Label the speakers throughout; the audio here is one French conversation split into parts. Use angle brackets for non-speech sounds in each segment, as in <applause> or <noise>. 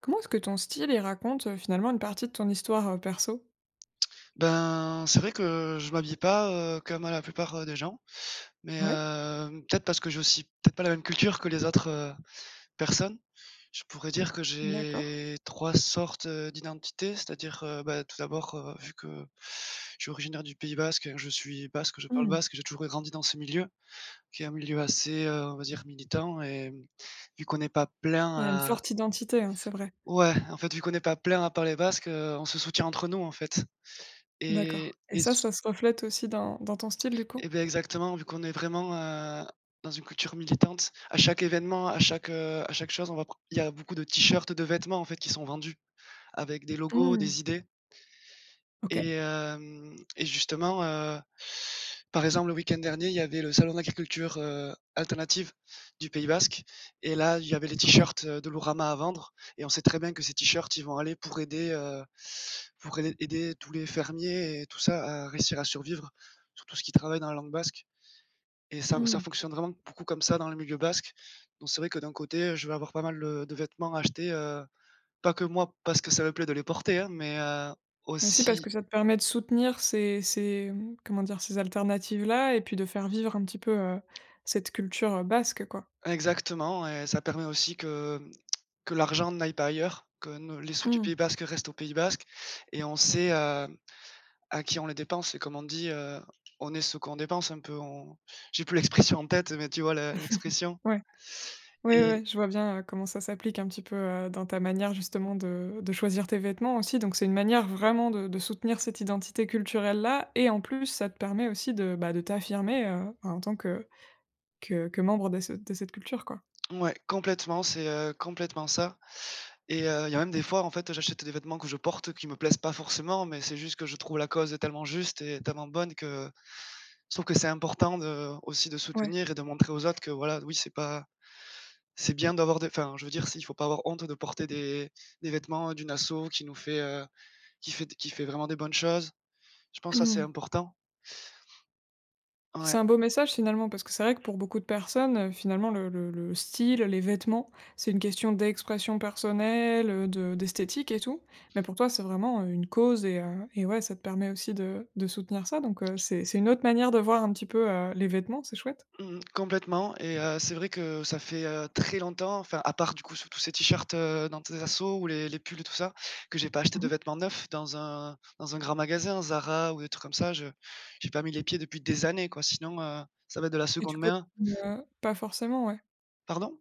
Speaker 1: Comment est-ce que ton style, il raconte, finalement une partie de ton histoire, perso?
Speaker 2: Ben, c'est vrai que je m'habille pas, comme, la plupart, des gens, mais
Speaker 1: Ouais,
Speaker 2: peut-être parce que j'ai aussi peut-être pas la même culture que les autres, personnes. Je pourrais Mmh. dire que
Speaker 1: d'accord.
Speaker 2: j'ai 3 sortes, d'identité, c'est-à-dire, bah, tout d'abord, vu que je suis originaire du Pays basque, je suis basque, je parle
Speaker 1: Mmh.
Speaker 2: basque, j'ai toujours grandi dans ce milieu, qui est un milieu assez, on va dire militant et mmh, vu qu'on n'est pas plein
Speaker 1: Ouais, une
Speaker 2: à
Speaker 1: forte identité, hein, c'est vrai.
Speaker 2: ouais, en fait, vu qu'on n'est pas plein à parler basque, on se soutient entre nous, en fait et
Speaker 1: D'accord et
Speaker 2: et
Speaker 1: ça se reflète aussi dans ton style, du coup?
Speaker 2: Et beh, exactement, vu qu'on est vraiment, dans une culture militante, à chaque événement, à chaque chose, on va pr il y a beaucoup de t-shirts, de vêtements, en fait, qui sont vendus avec des logos,
Speaker 1: Mmh.
Speaker 2: des idées
Speaker 1: OK,
Speaker 2: et hem et justement, par exemple, le week-end dernier, il y avait le salon d'agriculture l'agriculture, alternative du Pays basque. Et là, il y avait les
Speaker 1: OK.
Speaker 2: t-shirts, de l'Ourama à vendre et on sait très bien que ces t-shirts, ils vont aller pour aider, pour aider tous les fermiers et tout ça à réussir à survivre, surtout ceux qui travaillent dans la langue basque. Et ça
Speaker 1: Mmh.
Speaker 2: fonctionne vraiment beaucoup comme ça dans le milieu basque. Donc c'est vrai que d'un côté, je vais avoir pas mal, de vêtements achetés, pas que moi parce que ça me plaît de les porter, hein, mais,
Speaker 1: Mais aussi parce
Speaker 2: aussi
Speaker 1: que ça te permet de soutenir ces, mmh, comment dire? Ces alternatives-là et puis de faire vivre un petit peu, cette culture, basque, quoi.
Speaker 2: exactement. Et ça permet aussi que, mmh, que l'argent n'aille pas ailleurs, que ne les sous du Pays
Speaker 1: Mmh.
Speaker 2: basque restent au Pays basque et on sait, à qui on les dépense et comme on dit, on est ce qu'on dépense un peu, on j'ai plus l'expression en tête, mais tu vois le l'expression?
Speaker 1: Ouais. Oui, oui,
Speaker 2: Et
Speaker 1: oui, je vois bien, comment ça s'applique un petit peu, dans ta manière justement de choisir tes vêtements aussi. Donc c'est une manière vraiment de soutenir cette identité culturelle-là et en plus ça te permet aussi de, bah, de t'affirmer, en tant que que membre de ce de cette culture, quoi.
Speaker 2: ouais, complètement, c'est, complètement ça. Et il y a même des fois, en fait, j'achète des vêtements que je porte qui me plaisent pas forcément, mais c'est juste que je trouve la cause tellement juste et tellement bonne que je trouve que c'est important de aussi de
Speaker 1: Ouais.
Speaker 2: soutenir et de montrer aux autres que voilà, oui, c'est pas c'est bien d'avoir des enfin, je veux dire, si, il faut pas avoir honte de porter des vêtements d'une asso qui nous fait, qui fait qui fait vraiment des bonnes choses. Je pense que ça, c'est
Speaker 1: Mmh.
Speaker 2: important.
Speaker 1: Puis
Speaker 2: Ouais.
Speaker 1: c'est un beau message finalement, parce que c'est vrai que pour beaucoup de personnes, finalement le style, les vêtements, c'est une question d'expression personnelle, de d'esthétique et tout. Mais pour toi, c'est vraiment, une cause et ouais, ça te permet aussi de soutenir ça, donc c'est une autre manière de voir un petit peu, les vêtements, c'est chouette.
Speaker 2: Mmh, complètement et c'est vrai que ça fait, très longtemps, enfin, à part, du coup, sur tous ces t-shirts, dans tes assos ou les pulls et tout ça, que j'ai pas acheté de
Speaker 1: Mmh.
Speaker 2: vêtements neufs dans un grand magasin, Zara ou des trucs comme ça. Je j'ai pas mis les pieds depuis des années, quoi. Sinon, ça va être de la
Speaker 1: Et
Speaker 2: seconde
Speaker 1: tu
Speaker 2: main.
Speaker 1: cautionnes, pas forcément, ouais.
Speaker 2: Pardon?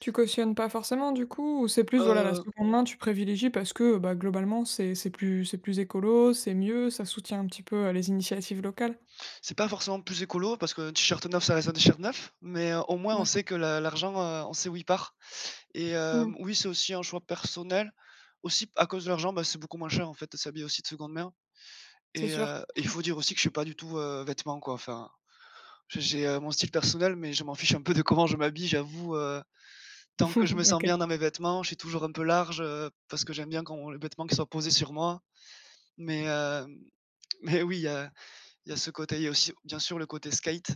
Speaker 1: Tu cautionnes pas forcément du coup? Ou c'est plus, voilà, la
Speaker 2: Heu,
Speaker 1: seconde main, tu privilégies parce que, bah, globalement, c'est plus écolo, c'est mieux, ça soutient un petit peu, les initiatives locales?
Speaker 2: c'est pas forcément plus écolo parce qu'un t-shirt neuf, ça reste un t-shirt neuf, mais au moins on
Speaker 1: Ouais.
Speaker 2: sait que la l'argent, on sait où il part et
Speaker 1: Mmh.
Speaker 2: oui, c'est aussi un choix personnel. Aussi, à cause de l'argent, bah, c'est beaucoup moins cher, en fait, de s'habiller aussi de seconde main.
Speaker 1: C'est
Speaker 2: Et
Speaker 1: sûr.
Speaker 2: il faut dire aussi que je suis pas du tout, vêtements, quoi. Enfin, j'ai mon style personnel, mais je m'en fiche un peu de comment je m'habille, j'avoue, tant que je me
Speaker 1: <laughs>
Speaker 2: sens
Speaker 1: OK,
Speaker 2: bien dans mes vêtements, je suis toujours un peu large, parce que j'aime bien quand les vêtements qui soient posés sur moi. Mais <laughs> mais oui, il y a ce côté. Il y a aussi, bien sûr, le côté skate.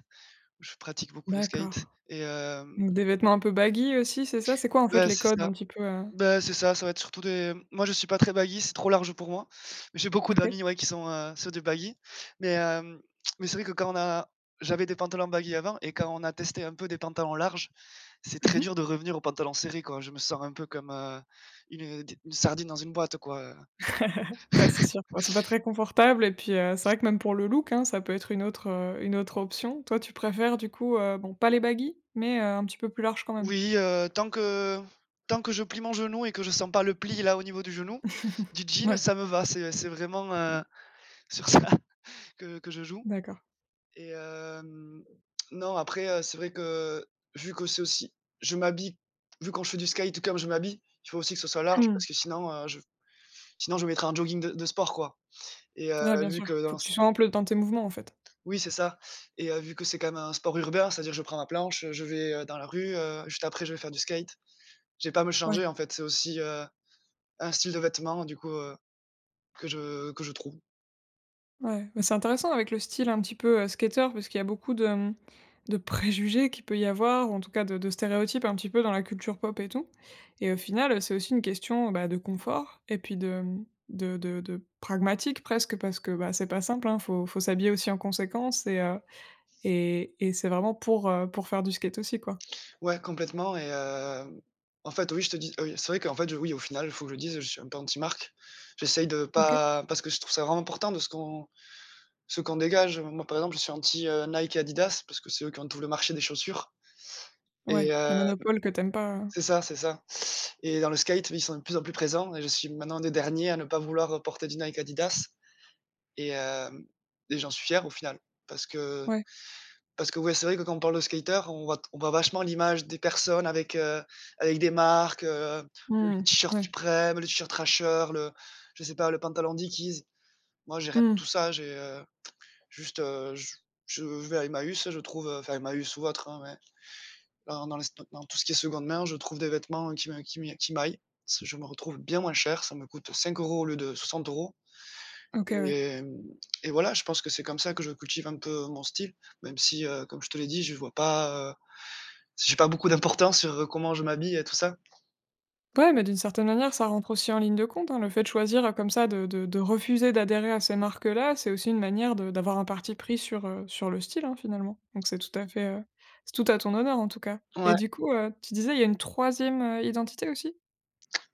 Speaker 2: Je pratique beaucoup de skate
Speaker 1: d'accord.
Speaker 2: et hem
Speaker 1: Donc des vêtements un peu baggy aussi, c'est ça? C'est quoi en fait
Speaker 2: ouais,
Speaker 1: les
Speaker 2: c'est
Speaker 1: codes
Speaker 2: ça.
Speaker 1: un petit peu,
Speaker 2: Bah, c'est ça, ça va être surtout des moi je suis pas très baggy, c'est trop large pour moi. Mais j'ai beaucoup
Speaker 1: OK.
Speaker 2: d'amis, ouais, qui sont, sur du baggy, mais mais c'est vrai que quand on a j'avais des pantalons baggy avant et quand on a testé un peu des pantalons larges, c'est très
Speaker 1: Mmh.
Speaker 2: dur de revenir aux pantalons serrés, quoi. Je me sens un peu comme, une sardine dans une boîte, quoi.
Speaker 1: Ouais, c'est sûr. Bah, c'est pas très confortable et puis, c'est vrai que même pour le look, hein, ça peut être une autre option. Toi, tu préfères du coup, bon pas les baggy, mais, un petit peu plus large quand même?
Speaker 2: Oui, tant que je plie mon genou et que je sens pas le pli, là, au niveau du genou, du jean,
Speaker 1: Ouais,
Speaker 2: ça me va. C'est vraiment, sur ça <laughs> que je joue.
Speaker 1: d'accord.
Speaker 2: Et non, après, c'est vrai que vu que c'est aussi je m'habille vu quand je fais du skate, tout comme je m'habille, il faut aussi que ce soit large parce
Speaker 1: Mmh.
Speaker 2: que sinon, je sinon je mettrais un jogging de sport, quoi. Et
Speaker 1: Ouais, bien
Speaker 2: vu
Speaker 1: sûr.
Speaker 2: que dans
Speaker 1: Faut
Speaker 2: le
Speaker 1: que tu sois ample dans tes mouvements en fait.
Speaker 2: oui, c'est ça et vu que c'est quand même un sport urbain, c'est-à-dire je prends ma planche, je vais, dans la rue, juste après je vais faire du skate. J'ai pas à me
Speaker 1: Ouais.
Speaker 2: changer en fait, c'est aussi, un style de vêtement du coup, que je trouve.
Speaker 1: Ouais, mais c'est intéressant avec le style un petit peu, skater parce qu'il y a beaucoup de, mmh, de préjugés qu'il peut y avoir ou en tout cas de stéréotypes un petit peu dans la culture pop et tout et au final, c'est aussi une question, bah, de confort et puis de, mmh, de pragmatique presque parce que, bah, c'est pas simple, hein, faut s'habiller aussi en conséquence et c'est vraiment pour faire du skate aussi, quoi.
Speaker 2: Ouais, complètement et en fait, oui, je te dis oui, c'est vrai qu'en fait, oui, au final, il faut que je le dise, je suis un peu anti-marque. J'essaye de
Speaker 1: OK.
Speaker 2: pas parce que je trouve ça vraiment important de ce qu'on dégage. Moi, par exemple, je suis anti, Nike et Adidas parce que c'est eux qui ont tout le marché des chaussures et
Speaker 1: Ouais, il un monopole que t'aimes pas,
Speaker 2: c'est ça et dans le skate, ils sont de plus en plus présents et je suis maintenant un des derniers à ne pas vouloir porter du Nike Adidas et hem et j'en suis fier au final. Parce que
Speaker 1: ouais.
Speaker 2: parce que ouais, c'est vrai que quand on parle de skater, on voit vachement l'image des personnes avec, avec des marques, le
Speaker 1: Mmh.
Speaker 2: t-shirt
Speaker 1: Ouais.
Speaker 2: Supreme, le t-shirt Thrasher, le je sais pas, le pantalon Dickies. Moi, j'ai rien de
Speaker 1: Mmh.
Speaker 2: tout ça, j'ai, juste, je vais à Emmaüs, je trouve, enfin Emmaüs ou autre, hein, ouais, dans dans les dans tout ce qui est seconde main, je trouve des vêtements qui m'aillent. Ce je me retrouve bien moins cher, ça me coûte 5 euros au lieu de 60 euros
Speaker 1: OK, ouais.
Speaker 2: et et voilà, je pense que c'est comme ça que je cultive un peu mon style, même si, comme je te l'ai dit, je vois pas, j'ai pas beaucoup d'importance sur, comment je m'habille et tout ça.
Speaker 1: Ouais, mais d'une certaine manière, ça rentre aussi en ligne de compte, hein. Le fait de choisir, comme ça, de refuser d'adhérer à ces marques-là, c'est aussi une manière de d'avoir un parti pris sur, sur le style, hein, finalement. Donc c'est tout à fait, c'est tout à ton honneur, en tout cas. Et
Speaker 2: Ouais.
Speaker 1: du coup, tu disais, il y a une troisième e identité aussi?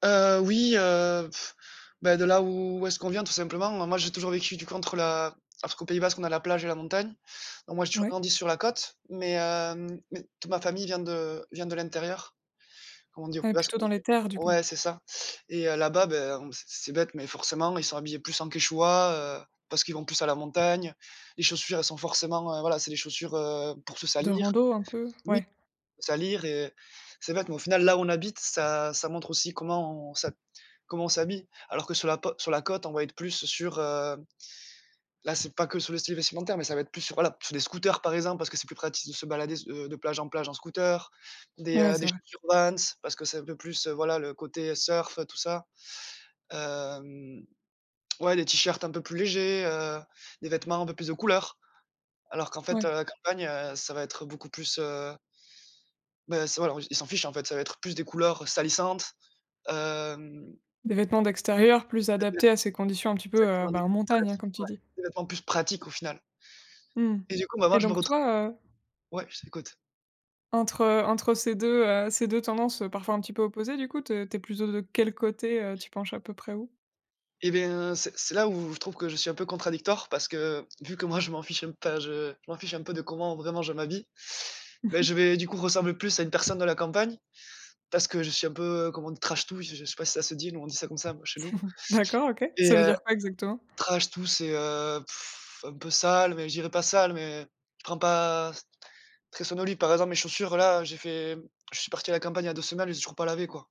Speaker 2: Oui, bah, de là où où est-ce qu'on vient tout simplement. Moi, j'ai toujours vécu du coup entre la parce qu'au Pays Basque, on a la plage et la montagne. Donc moi, j'ai toujours
Speaker 1: Ouais.
Speaker 2: grandi sur la côte, mais mais toute ma famille vient de l'intérieur. Comme on dit au Pays
Speaker 1: Ouais,
Speaker 2: Basque,
Speaker 1: plutôt
Speaker 2: on
Speaker 1: dans
Speaker 2: dit
Speaker 1: les terres, du coup.
Speaker 2: ouais, c'est ça. Et là-bas, ben, on c'est bête, mais forcément, ils sont habillés plus en quechua, parce qu'ils vont plus à la montagne. Les chaussures, elles sont forcément, voilà, c'est des chaussures, pour se
Speaker 1: De
Speaker 2: salir.
Speaker 1: rando, un peu?
Speaker 2: Oui.
Speaker 1: Ouais.
Speaker 2: Salir et c'est bête, mais au final, là où on habite, ça montre aussi comment on s'ha comment on s'habille. Alors que sur la côte, on va être plus sur, là, c'est pas que sur le style vestimentaire, mais ça va être plus sur, voilà, sur des scooters, par exemple, parce que c'est plus pratique de se balader s de plage en plage en scooter,
Speaker 1: Ouais,
Speaker 2: des
Speaker 1: c'est vrai.
Speaker 2: chaussures Vans parce que c'est un peu plus, voilà, le côté surf, tout ça. Hem, ouais, des t-shirts un peu plus légers, des vêtements un peu plus de couleurs. Alors qu'en fait,
Speaker 1: Ouais.
Speaker 2: à la campagne, ça va être beaucoup plus, bah, c'est voilà, ils s'en fichent, en fait, ça va être plus des couleurs salissantes, Hem,
Speaker 1: Des vêtements d'extérieur plus
Speaker 2: <unintelligible> vêtements
Speaker 1: adaptés à ces conditions un petit peu,
Speaker 2: exactement, des
Speaker 1: bah, en
Speaker 2: vêtements
Speaker 1: montagne, hein,
Speaker 2: pratiques,
Speaker 1: comme tu
Speaker 2: ouais,
Speaker 1: dis.
Speaker 2: des vêtements plus pratiques au final
Speaker 1: Mmh.
Speaker 2: et du coup, maintenant
Speaker 1: Et
Speaker 2: je me
Speaker 1: donc
Speaker 2: retrouve
Speaker 1: toi, euh,
Speaker 2: ouais, je t'écoute
Speaker 1: entre, entre ces deux ces 2 tendances, parfois un petit peu opposées du coup, t'es tu plutôt de quel côté, tu penches à peu près où?
Speaker 2: et bien, c'est là où je trouve que je suis un peu contradictoire parce que vu que moi je m'en fiche un pas je je m'en fiche un peu de comment vraiment je m'habille, beh, je vais
Speaker 1: <laughs>
Speaker 2: du coup ressembler plus à une personne de la campagne parce que je suis un peu, comment on dit? «Trash-tout», je sais pas si ça se dit? Nous on dit ça comme ça, chez nous
Speaker 1: D'accord, OK.
Speaker 2: et
Speaker 1: Ça veut dire quoi exactement?
Speaker 2: trash-tout c'est, un peu sale mais je dirais pas sale mais je prends pas Très sonolux. Par exemple, mes chaussures là, j'ai fait je suis parti à la campagne il y a 2 semaines, elles étaient toujours pas lavées quoi.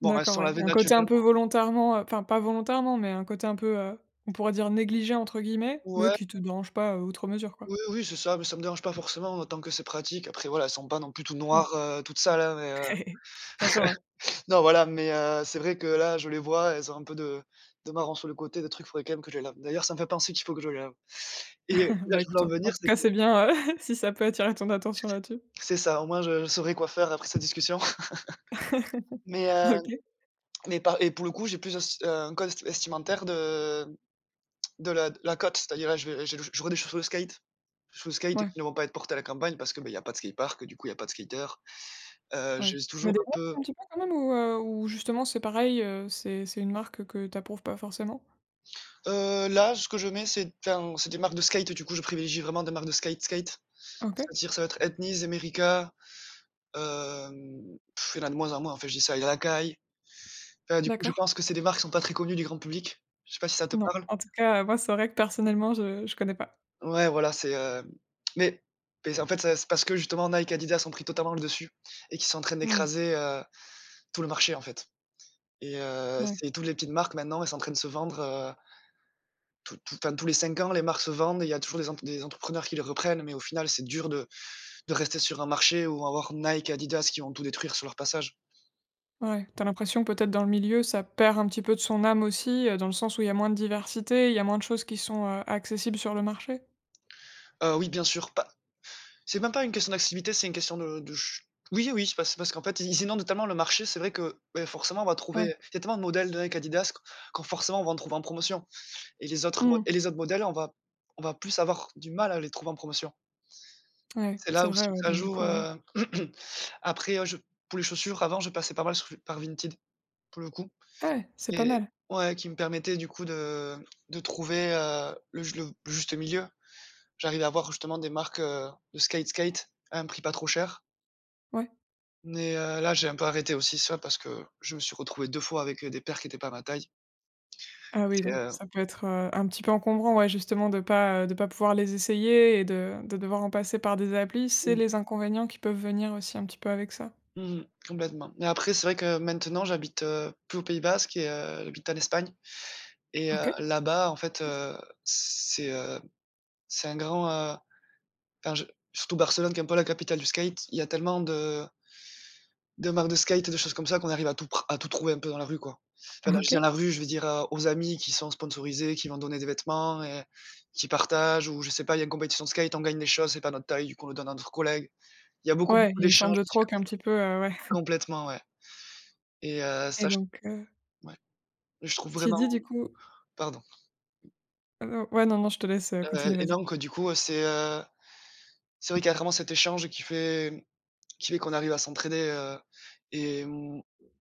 Speaker 2: Bon, elles se
Speaker 1: D'accord,
Speaker 2: sont
Speaker 1: ouais.
Speaker 2: lavées
Speaker 1: Un côté un peu
Speaker 2: naturellement.
Speaker 1: volontairement, enfin pas volontairement, mais un côté un peu, on pourrait dire «négligé» entre guillemets, mais
Speaker 2: Ouais,
Speaker 1: qui te dérange pas, outre mesure quoi?
Speaker 2: oui, oui, c'est ça, mais ça me dérange pas forcément tant que c'est pratique. Après voilà, elles sont pas non plus toutes
Speaker 1: Ouais.
Speaker 2: noires, toutes sales, hein,
Speaker 1: <laughs> Bien sûr, ouais.
Speaker 2: non voilà, c'est vrai que là, je les vois, elles ont un peu de marron sur le côté, des trucs, faudrait quand même que je les lave. D'ailleurs, ça me fait penser qu'il faut que je les lave
Speaker 1: <laughs>
Speaker 2: là,
Speaker 1: Bah,
Speaker 2: je voulais
Speaker 1: écoute,
Speaker 2: en
Speaker 1: en
Speaker 2: venir,
Speaker 1: tout cas, c'est bien, <laughs> si ça peut attirer ton attention là-dessus.
Speaker 2: c'est ça, au moins je saurai quoi faire après cette discussion. <laughs> Mais,
Speaker 1: <laughs>
Speaker 2: heu,
Speaker 1: OK.
Speaker 2: mais par et pour le coup, j'ai plus un code st vestimentaire de la côte, c'est-à-dire là, je vais je des chaussures de skate. Chaussures de skate
Speaker 1: Ouais,
Speaker 2: qui ne vont pas être portées à la campagne parce que, bah, il y a pas de skatepark, du coup, il y a pas de skateurs.
Speaker 1: ouais.
Speaker 2: J'ai
Speaker 1: Tu mets
Speaker 2: toujours
Speaker 1: des
Speaker 2: un
Speaker 1: marques
Speaker 2: peu,
Speaker 1: un petit peu quand même ou justement c'est pareil, c'est une marque que tu approuves pas forcément?
Speaker 2: là, ce que je mets, c'est des marques de skate, du coup, je privilégie vraiment des marques de skate, skate.
Speaker 1: OK.
Speaker 2: C'est-à-dire, ça va être Etnies, Emerica, hem, il y en a de moins en moins, en fait, je dis ça, il y a Lakai. Enfin, du coup, je
Speaker 1: D'accord.
Speaker 2: pense que c'est des marques qui sont pas très connues du grand public. Je sais pas si ça te
Speaker 1: Non.
Speaker 2: parle?
Speaker 1: En tout cas, moi, c'est vrai que personnellement, je connais pas.
Speaker 2: Ouais, voilà, c'est, hem, mais mais en fait, ça c'est parce que justement Nike, Adidas ont pris totalement le dessus et qu'ils sont en train
Speaker 1: Mmh.
Speaker 2: d'écraser tout le marché, en fait.
Speaker 1: Ouais,
Speaker 2: C'est toutes les petites marques maintenant, elles sont en train de se vendre, tous les 5 ans, les marques se vendent, il y a toujours des entrepreneurs qui les reprennent, mais au final, c'est dur de rester sur un marché où on va avoir Nike et Adidas qui vont tout détruire sur leur passage.
Speaker 1: ouais. T'as l'impression que peut-être dans le milieu, ça perd un petit peu de son âme aussi, dans le sens où il y a moins de diversité, il y a moins de choses qui sont, accessibles sur le marché?
Speaker 2: Oui, bien sûr, pas c'est même pas une question d'activité, c'est une question de ch oui, oui, c'est parce qu'en fait, ils inondent tellement le marché, c'est vrai que, beh, forcément, on va trouver,
Speaker 1: Ouais.
Speaker 2: il y a tellement de modèles de Nike, Adidas q quand forcément, on va en trouver en promotion.
Speaker 1: Mmh.
Speaker 2: Et les autres modèles, on va plus avoir du mal à les trouver en promotion.
Speaker 1: Ouais,
Speaker 2: C'est là
Speaker 1: c'est vrai,
Speaker 2: aussi où si
Speaker 1: ouais,
Speaker 2: ça
Speaker 1: donc du
Speaker 2: joue,
Speaker 1: coup, ouais.
Speaker 2: <clears throat> après, je pour les chaussures, avant, je passais pas mal sur par Vinted, pour le coup.
Speaker 1: Ouais, c'est pas
Speaker 2: Et
Speaker 1: mal.
Speaker 2: ouais, qui me permettait du coup de trouver, heu, le juste milieu. J'arrivais à avoir justement des marques, de skate skate à un prix pas trop cher,
Speaker 1: Ouais.
Speaker 2: mais là, j'ai un peu arrêté aussi ça parce que je me suis retrouvé 2 fois avec, des paires qui étaient pas à ma taille.
Speaker 1: Ah oui,
Speaker 2: C'est,
Speaker 1: donc ça peut être, un petit peu encombrant, ouais, justement de pas pouvoir les essayer et de devoir en passer par des applis. C'est
Speaker 2: mmh,
Speaker 1: les inconvénients qui peuvent venir aussi un petit peu avec ça.
Speaker 2: mmh mh, Complètement, mais après, c'est vrai que maintenant, j'habite, plus au Pays basque et j'habite en Espagne et
Speaker 1: OK,
Speaker 2: là-bas, en fait, c'est, heu c'est un grand, enfin je surtout Barcelone qui est un peu la capitale du skate, il y a tellement de marques de skate et de choses comme ça qu'on arrive à tout trouver un peu dans la rue, quoi. Enfin, là, je dis dans
Speaker 1: OK.
Speaker 2: la rue, je veux dire, aux amis qui sont sponsorisés, qui vont donner des vêtements et qui partagent, ou je sais pas, il y a une compétition de skate, on gagne des choses, c'est pas notre taille, du coup on le donne à notre collègue. Il y a beaucoup,
Speaker 1: Ouais, il
Speaker 2: beaucoup
Speaker 1: y a une forme
Speaker 2: d'échanges
Speaker 1: de
Speaker 2: aussi.
Speaker 1: troc un petit peu, ouais.
Speaker 2: Complètement, ouais. et
Speaker 1: Et
Speaker 2: ça je
Speaker 1: donc
Speaker 2: Ouais, je trouve
Speaker 1: tu
Speaker 2: vraiment
Speaker 1: dis du coup
Speaker 2: pardon,
Speaker 1: ouais, non, non, je te laisse, continuer, vas-y.
Speaker 2: donc du coup, c'est vrai qu'il y a vraiment cet échange qui fait qu'on arrive à s'entraider, et mmh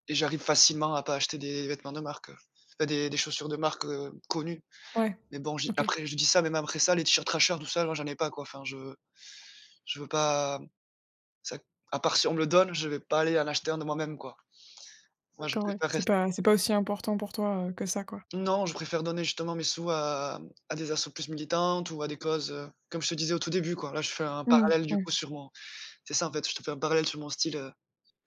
Speaker 2: et j'arrive facilement à pas acheter des vêtements de marque, heu, des chaussures de marque, connues.
Speaker 1: Ouais,
Speaker 2: Mais bon, j'ai
Speaker 1: OK,
Speaker 2: après je dis ça, même après ça, les t-shirts Thrasher tout ça, moi j'en ai pas quoi. Je veux pas ça, à part si on me le donne, je vais pas aller en acheter un de moi-même quoi. Moi je
Speaker 1: d'accord, ouais.
Speaker 2: préfère
Speaker 1: C'est
Speaker 2: rest
Speaker 1: pas c'est pas aussi important pour toi, que ça, quoi.
Speaker 2: Non, je préfère donner justement mes sous à des assauts plus militantes ou à des causes, comme je te disais au tout début quoi. Là je fais un
Speaker 1: Mmh,
Speaker 2: parallèle du
Speaker 1: ouais,
Speaker 2: coup sur mon C'est ça, en fait, je te fais un parallèle sur mon style,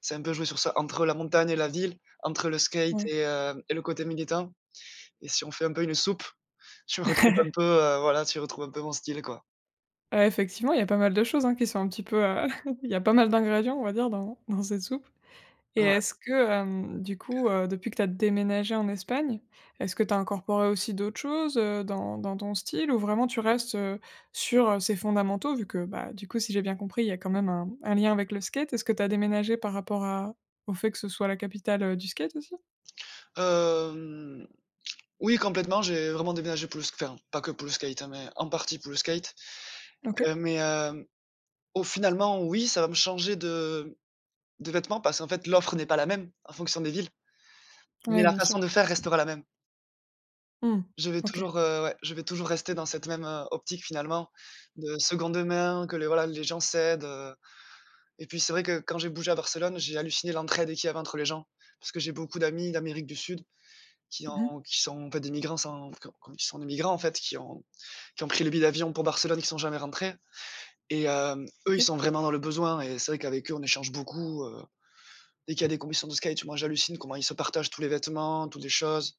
Speaker 2: c'est un peu jouer sur ça, entre la montagne et la ville, entre le skate
Speaker 1: ouais.
Speaker 2: et le côté militant. Et si on fait un peu une soupe,
Speaker 1: <laughs>
Speaker 2: tu retrouves un peu mon style, quoi.
Speaker 1: Ouais, effectivement, il y a pas mal de choses, hein, qui sont un petit peu, <laughs> il y a pas mal d'ingrédients, on va dire, dans cette soupe. Et
Speaker 2: Ouais.
Speaker 1: est-ce que, du coup, depuis que tu as déménagé en Espagne, est-ce que tu as incorporé aussi d'autres choses, dans ton style ou vraiment tu restes, sur, ces fondamentaux? Vu que, bah, du coup, si j'ai bien compris, il y a quand même un lien avec le skate. Est-ce que tu as déménagé par rapport à au fait que ce soit la capitale, du skate aussi?
Speaker 2: Hem, oui, complètement, j'ai vraiment déménagé pour le sk enfin, pas que pour le skate, hein, mais en partie pour le skate,
Speaker 1: OK.
Speaker 2: heu, mais hem, oh, finalement, oui, ça va me changer de vêtements parce qu'en fait, l'offre n'est pas la même en fonction des villes, mais
Speaker 1: Ouais,
Speaker 2: la
Speaker 1: bien sûr.
Speaker 2: façon de faire restera la même.
Speaker 1: Mmh.
Speaker 2: Je vais
Speaker 1: OK.
Speaker 2: toujours, ouais, je vais toujours rester dans cette même, optique, finalement, de seconde main, que les voilà, les gens s'aident, et puis, c'est vrai que quand j'ai bougé à Barcelone, j'ai halluciné l'entraide qu'il y avait entre les gens parce que j'ai beaucoup d'amis d'Amérique du Sud. Qui
Speaker 1: Mmh.
Speaker 2: ont qui sont en fait des migrants sans qui ont Qui sont des migrants en fait, qui ont pris le billet d'avion pour Barcelone, qui sont jamais rentrés, eux, ils
Speaker 1: OK.
Speaker 2: sont vraiment dans le besoin et c'est vrai qu'avec eux, on échange beaucoup, dès qu'il y a des compétitions de skate, moi, j'hallucine comment ils se partagent tous les vêtements, toutes les choses.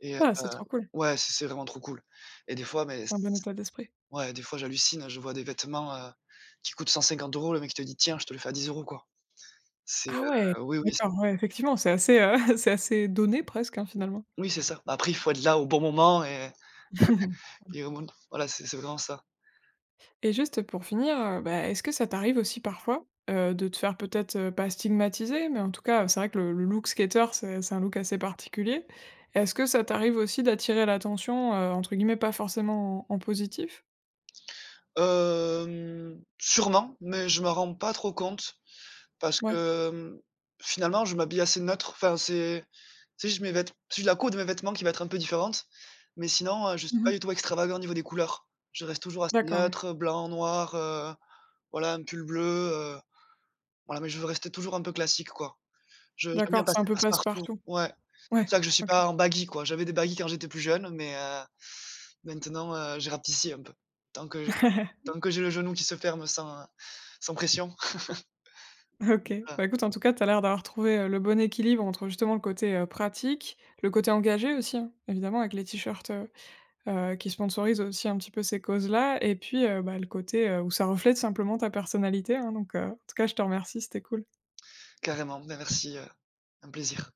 Speaker 2: et heu,
Speaker 1: Ah, c'est trop cool.
Speaker 2: ouais, c'est vraiment trop cool. et des fois, mais
Speaker 1: C'est un bon état d'esprit.
Speaker 2: Ouais, des fois, j'hallucine, je vois des vêtements, qui coûtent 150 euros, le mec, il te dit: «Tiens, je te le fais à 10 € quoi. C'est,
Speaker 1: Ah ouais!
Speaker 2: oui,
Speaker 1: D'accord, ouais, effectivement, c'est assez, <laughs> c'est assez donné presque, hein, finalement.
Speaker 2: oui, c'est ça. Après, il faut être là au bon moment et
Speaker 1: <laughs>
Speaker 2: et au bon voilà, c'est vraiment ça.
Speaker 1: Et juste pour finir, bah, est-ce que ça t'arrive aussi parfois, de te faire peut-être, pas stigmatiser, mais en tout cas, c'est vrai que le look skater, c'est un look assez particulier. Est-ce que ça t'arrive aussi d'attirer l'attention, entre guillemets, pas forcément en en positif?
Speaker 2: Sûrement, mais je m'en rends pas trop compte parce que,
Speaker 1: Ouais.
Speaker 2: finalement, je m'habille assez neutre. C'est juste la couleur de mes vêtements qui va être un peu différente, mais sinon, je suis pas
Speaker 1: Mmh.
Speaker 2: du tout extravagant au niveau des couleurs. Je reste toujours assez
Speaker 1: D'accord, ouais.
Speaker 2: neutre, blanc, noir, voilà, un pull bleu, voilà, mais je veux rester toujours un peu classique, quoi. Je J'aime bien
Speaker 1: D'accord, c'est un
Speaker 2: passer
Speaker 1: peu
Speaker 2: passe-partout.
Speaker 1: passe-partout.
Speaker 2: Ouais. C'est pour
Speaker 1: Ouais,
Speaker 2: ça que je suis
Speaker 1: OK.
Speaker 2: pas en baggy, quoi. J'avais des baggy quand j'étais plus jeune, mais maintenant, j'ai rapetissi un peu. Tant que
Speaker 1: <laughs>
Speaker 2: Tant que j'ai le genou qui se ferme sans pression,
Speaker 1: OK.
Speaker 2: voilà,
Speaker 1: Bah, écoute, en tout cas, tu as l'air d'avoir trouvé, le bon équilibre entre justement le côté, pratique, le côté engagé aussi, hein, évidemment avec les t-shirts, heu, qui sponsorise aussi un petit peu ces causes-là et puis, bah, le côté, où ça reflète simplement ta personnalité, hein, donc en tout cas je te remercie, c'était cool.
Speaker 2: carrément. Ben merci, un plaisir.